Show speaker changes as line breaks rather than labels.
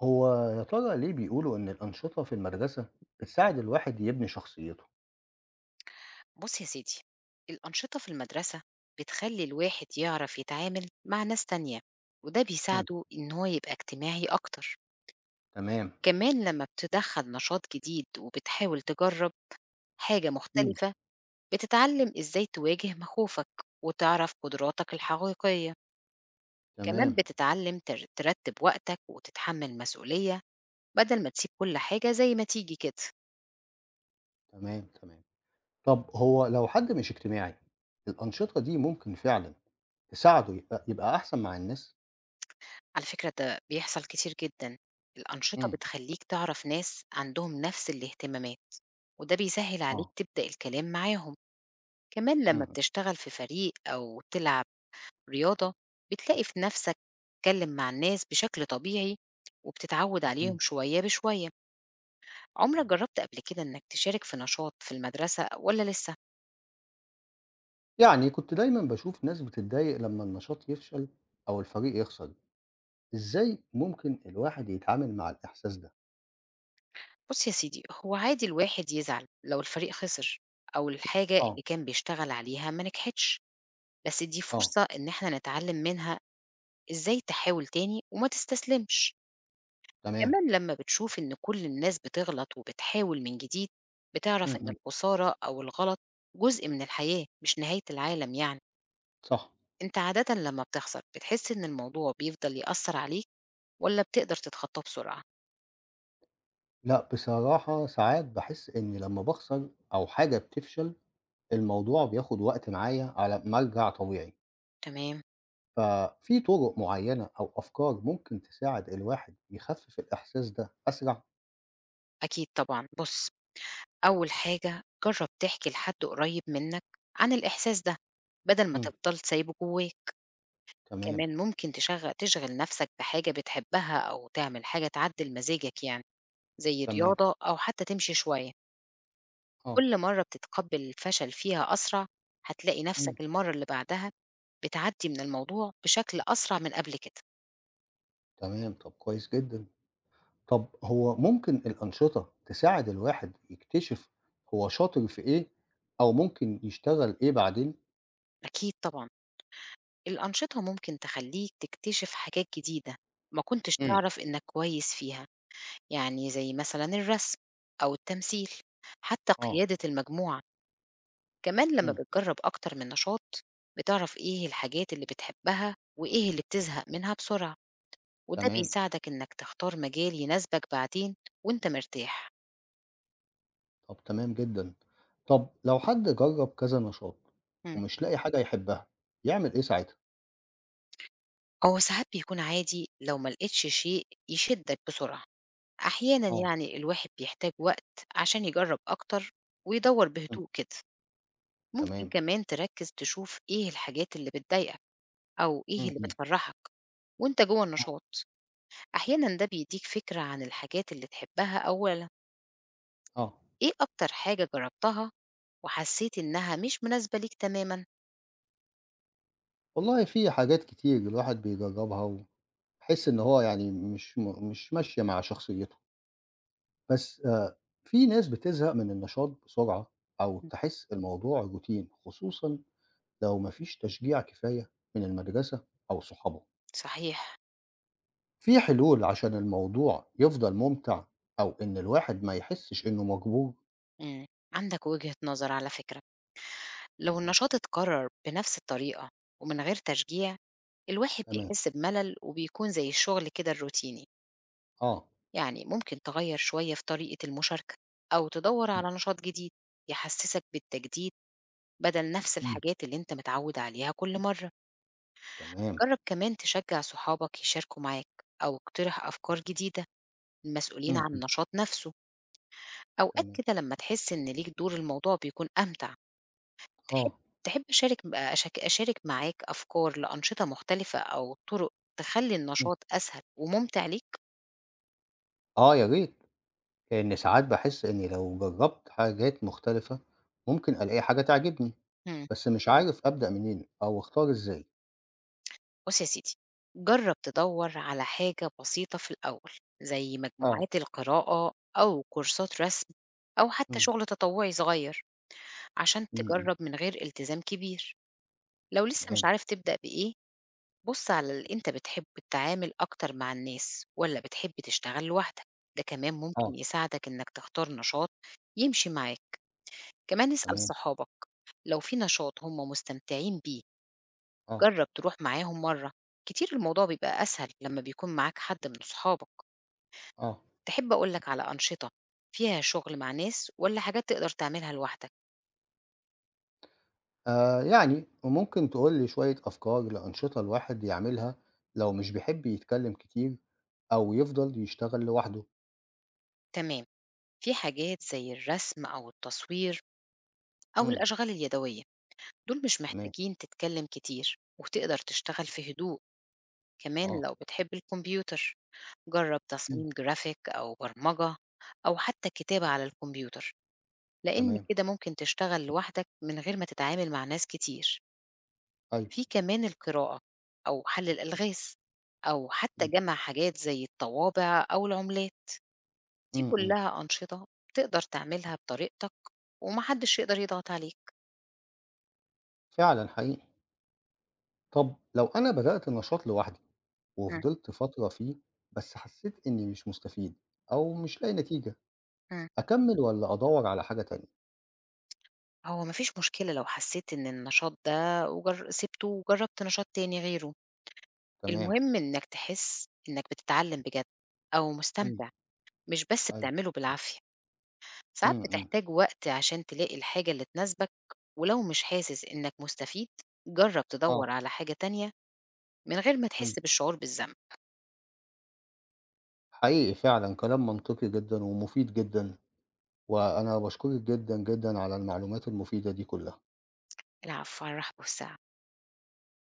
هو يا ترى ليه بيقولوا إن الأنشطة في المدرسة بتساعد الواحد يبني شخصيته؟
بص يا سيدي، الأنشطة في المدرسة بتخلي الواحد يعرف يتعامل مع ناس تانية، وده
مم،
بيساعده إن هو يبقى اجتماعي أكتر.
تمام،
كمان لما بتدخل نشاط جديد وبتحاول تجرب حاجة
إمم،
مختلفة، بتتعلم إزاي تواجه مخاوفك وتعرف قدراتك الحقيقية. كمان
تمام،
بتتعلم ترتب وقتك وتتحمل مسؤولية، بدل ما تسيب كل حاجة زي ما تيجي كده.
تمام، تمام. طب هو لو حد مش اجتماعي، الأنشطة دي ممكن فعلًا تساعده يبقى أحسن مع الناس؟
على فكرة ده بيحصل كتير جدًا، الأنشطة
مم،
بتخلّيك تعرف ناس عندهم نفس الاهتمامات، وده بيسهّل عليك
آه،
تبدأ الكلام معاهم، كمان لمّا
إمم،
بتشتغل في فريق أو تلعب رياضة، بتلاقي في نفسك تتكلم مع الناس بشكل طبيعي، وبتتعود
إمم،
عليهم شوية بشوية. عمرك
تمام.
جرّبت قبل كده إنك تشارك في نشاط في المدرسة والّا لسه؟
يعني كنت دايمًا باشوف ناس بتتضايق لما النشاط يفشل أو الفريق يخسر، إزاي ممكن الواحد يتعامل مع الإحساس ده؟
بُص يا سيدي، هو عادي الواحد يزعل لو الفريق خسر أو الحاجة
آه،
اللي كان بيشتغل عليها ما نجحتش. بس دي
آه،
فرصة إن إحنا نتعلم منها إزاي تحاول تاني وما تستسلمش.
تمام،
كمان لما بتشوف إن كل الناس بتغلط وبتحاول من جديد، بتعرف
إمم،
إن
إمم،
الخسارة أو الغلط جزء من الحياة، مش نهاية العالم يعني.
صح.
أنت عادة لما بتخسر بتحس إن الموضوع بيفضل يأثر عليك ولا بتقدر تتخطاه بسرعة؟
لأ، بصراحة ساعات باحس إني لمّا باخسر أو حاجة بتفشل، الموضوع بياخد وقت معايا على ما أرجع طبيعي،
تمام.
ففي طرق معيّنة أو أفكار ممكن تساعد الواحد يخفف الإحساس ده أسرع؟
أكيد طبعا، بص، أول حاجة جرب تحكي لحد قريب منك عن الإحساس ده، بدل ما
إمم،
تفضل سايبه جواك.
تمام،
كمان ممكن تشغل نفسك بحاجة بتحبها أو تعمل حاجة تعدل مزاجك، يعني زي
تمام،
رياضة أو حتى تمشي شوية.
آه،
كل مرة بتتقبل الفشل فيها أسرع، هتلاقي
إمم،
نفسك المرة اللي بعدها بتعدي من الموضوع بشكل أسرع من قبل كده.
تمام، طب كويس جدًا. طب هو ممكن الأنشطة تساعد الواحد يكتشف هو شاطر في إيه أو ممكن يشتغل إيه بعدين؟
أكيد طبعا، الأنشطة ممكن تخليك تكتشف حاجات جديدة ما كنتش
إمم،
تعرف إنك كويس فيها، يعني زي مثلا الرسم أو التمثيل، حتى
آه،
قيادة المجموعة. كمان لمّا
إمم،
بتجرّب أكتر من نشاط، بتعرف إيه الحاجات اللي بتحبها وإيه اللي بتزهق منها بسرعة، وده
تمام.
بيساعدك إنك تختار مجال يناسبك بعدين وأنت مرتاح.
طب تمام جدًا. طب لو حد جرّب كذا نشاط
إمم.
ومش لاقي حاجة يحبها، يعمل إيه ساعتها؟
هو ساعات بيكون عادي لو ما لقيتش شيء يشدك بسرعة، أحيانًا
آه،
يعني الواحد بيحتاج وقت عشان يجرّب أكتر ويدوّر
إمم،
بهدوء كده. ممكن
تمام،
كمان تركّز تشوف إيه الحاجات اللي بتضايقك أو إيه
إمم،
اللي
إمم،
بتفرّحك وأنت جوّه
إمم، آه،
النشاط، أحيانًا ده بيدّيك فكرة عن الحاجات اللي تحبها أولًا.
آه.
إيه أكتر حاجة جرّبتها وحسّيت إنها مش مناسبة ليك تمامًا؟
والله في حاجات كتير الواحد بيجرّبها ويحس إن هو يعني مش ماشية مع شخصيته. بس في ناس بتزهق من النشاط بسرعة أو
إمم.
تحس الموضوع روتين، خصوصًا لو ما فيش تشجيع كفاية من المدرسة أو صحابها.
صحيح.
في حلول عشان الموضوع يفضل ممتع أو إن الواحد ما يحسّش إنه مجبور؟
إمم، عندك وجهة نظر على فكرة، لو
إمم،
النشاط اتكرّر بنفس الطريقة ومن غير تشجيع، الواحد
تمام،
بيحس بملل وبيكون زي الشغل كده الروتيني،
آه،
يعني ممكن تغيّر شوية في طريقة المشاركة أو تدوّر
إمم،
على نشاط جديد يحسّسك بالتجديد، بدل نفس
إمم،
الحاجات اللي أنت متعوّد عليها كل مرّة.
تمام،
جرّب كمان تشجّع صحابك يشاركوا معاك أو اقترح أفكار جديدة المسؤولين
إمم،
عن
إمم،
النشاط نفسه، أوقات
تمام،
كده لمّا تحس إن ليك دور الموضوع بيكون أمتع. تحب
آه،
تحب أشارك أشارك معاك أفكار لأنشطة مختلفة أو طرق تخلّي
إمم،
النشاط أسهل وممتع ليك؟
آه يا ريت، لإن ساعات باحس إني لو جرّبت حاجات مختلفة ممكن ألاقي حاجة تعجبني،
إمم،
بس مش عارف أبدأ منين أو أختار إزاي.
بُص يا سيدي، جرّب تدوّر على حاجة بسيطة في الأول، زي
آه،
مجموعات القراءة أو كورسات رسم أو حتى
إمم،
شغل تطوعي صغير، عشان
إمم، إمم،
تجرّب من غير التزام كبير. لو لسه مش
تمام،
عارف تبدأ بإيه، بُص على أنت بتحب التعامل أكتر مع الناس والّا بتحب تشتغل لوحدك، ده كمان
آه،
ممكن يساعدك إنك تختار نشاط يمشي معاك. كمان اسأل
تمام،
صحابك لو في نشاط هم مستمتعين بيه،
آه،
جرّب تروح معاهم مرّة، كتير الموضوع بيبقى أسهل لمّا بيكون معاك حد من صحابك.
آه.
تحب أقول لك على أنشطة فيها شغل مع ناس والّا حاجات تقدر تعملها لوحدك؟
آه يعني ممكن تقول لي شوية أفكار لأنشطة الواحد يعملها لو مش بيحب يتكلم كتير أو يفضل يشتغل لوحده.
تمام، في حاجات زي الرسم أو التصوير أو
امم،
الأشغال اليدوية. دول مش
تمام،
محتاجين تتكلم كتير وتقدر تشتغل في هدوء. كمان
اه،
لو بتحب الكمبيوتر، جرب
مم،
تصميم جرافيك أو برمجة أو حتى كتابة على الكمبيوتر، لأن
تمام،
كده ممكن تشتغل لوحدك من غير ما تتعامل مع ناس كتير.
أيوه،
في كمان القراءة أو حل الألغاز أو حتى جمع حاجات زي الطوابع أو العملات، دي
امم، إمم.
كلها أنشطة تقدر تعملها بطريقتك ومحدش يقدر يضغط عليك.
فعلا حقيقي. طب لو أنا بدأت نشاط لوحدي
مم.
وفضلت فترة فيه بس حسيت إني مش مستفيد أو مش لاقي نتيجة،
مم.
أكمل ولا أدور على حاجة تانية؟
هو ما فيش مشكلة لو حسيت إن النشاط ده سِبته وجرّبت نشاط تاني غيره،
تمام،
المهم إنك تحس إنك بتتعلم بجد أو
امم،
مستمتع، مش بس
أيوه،
بتعمله بالعافية. ساعات
امم،
بتحتاج وقت عشان تلاقي الحاجة اللي تناسبك، ولو مش حاسس إنك مستفيد، جرّب
اه،
تدوّر على حاجة تانية من غير ما
امم.
تحس بالشعور بالذنب.
حقيقي فعلا كلام منطقي جدا ومفيد جدا، وأنا باشكرِك جدًا، جدًا على المعلومات المفيدة دي كلّها.
العفو، على الرحب والسعة.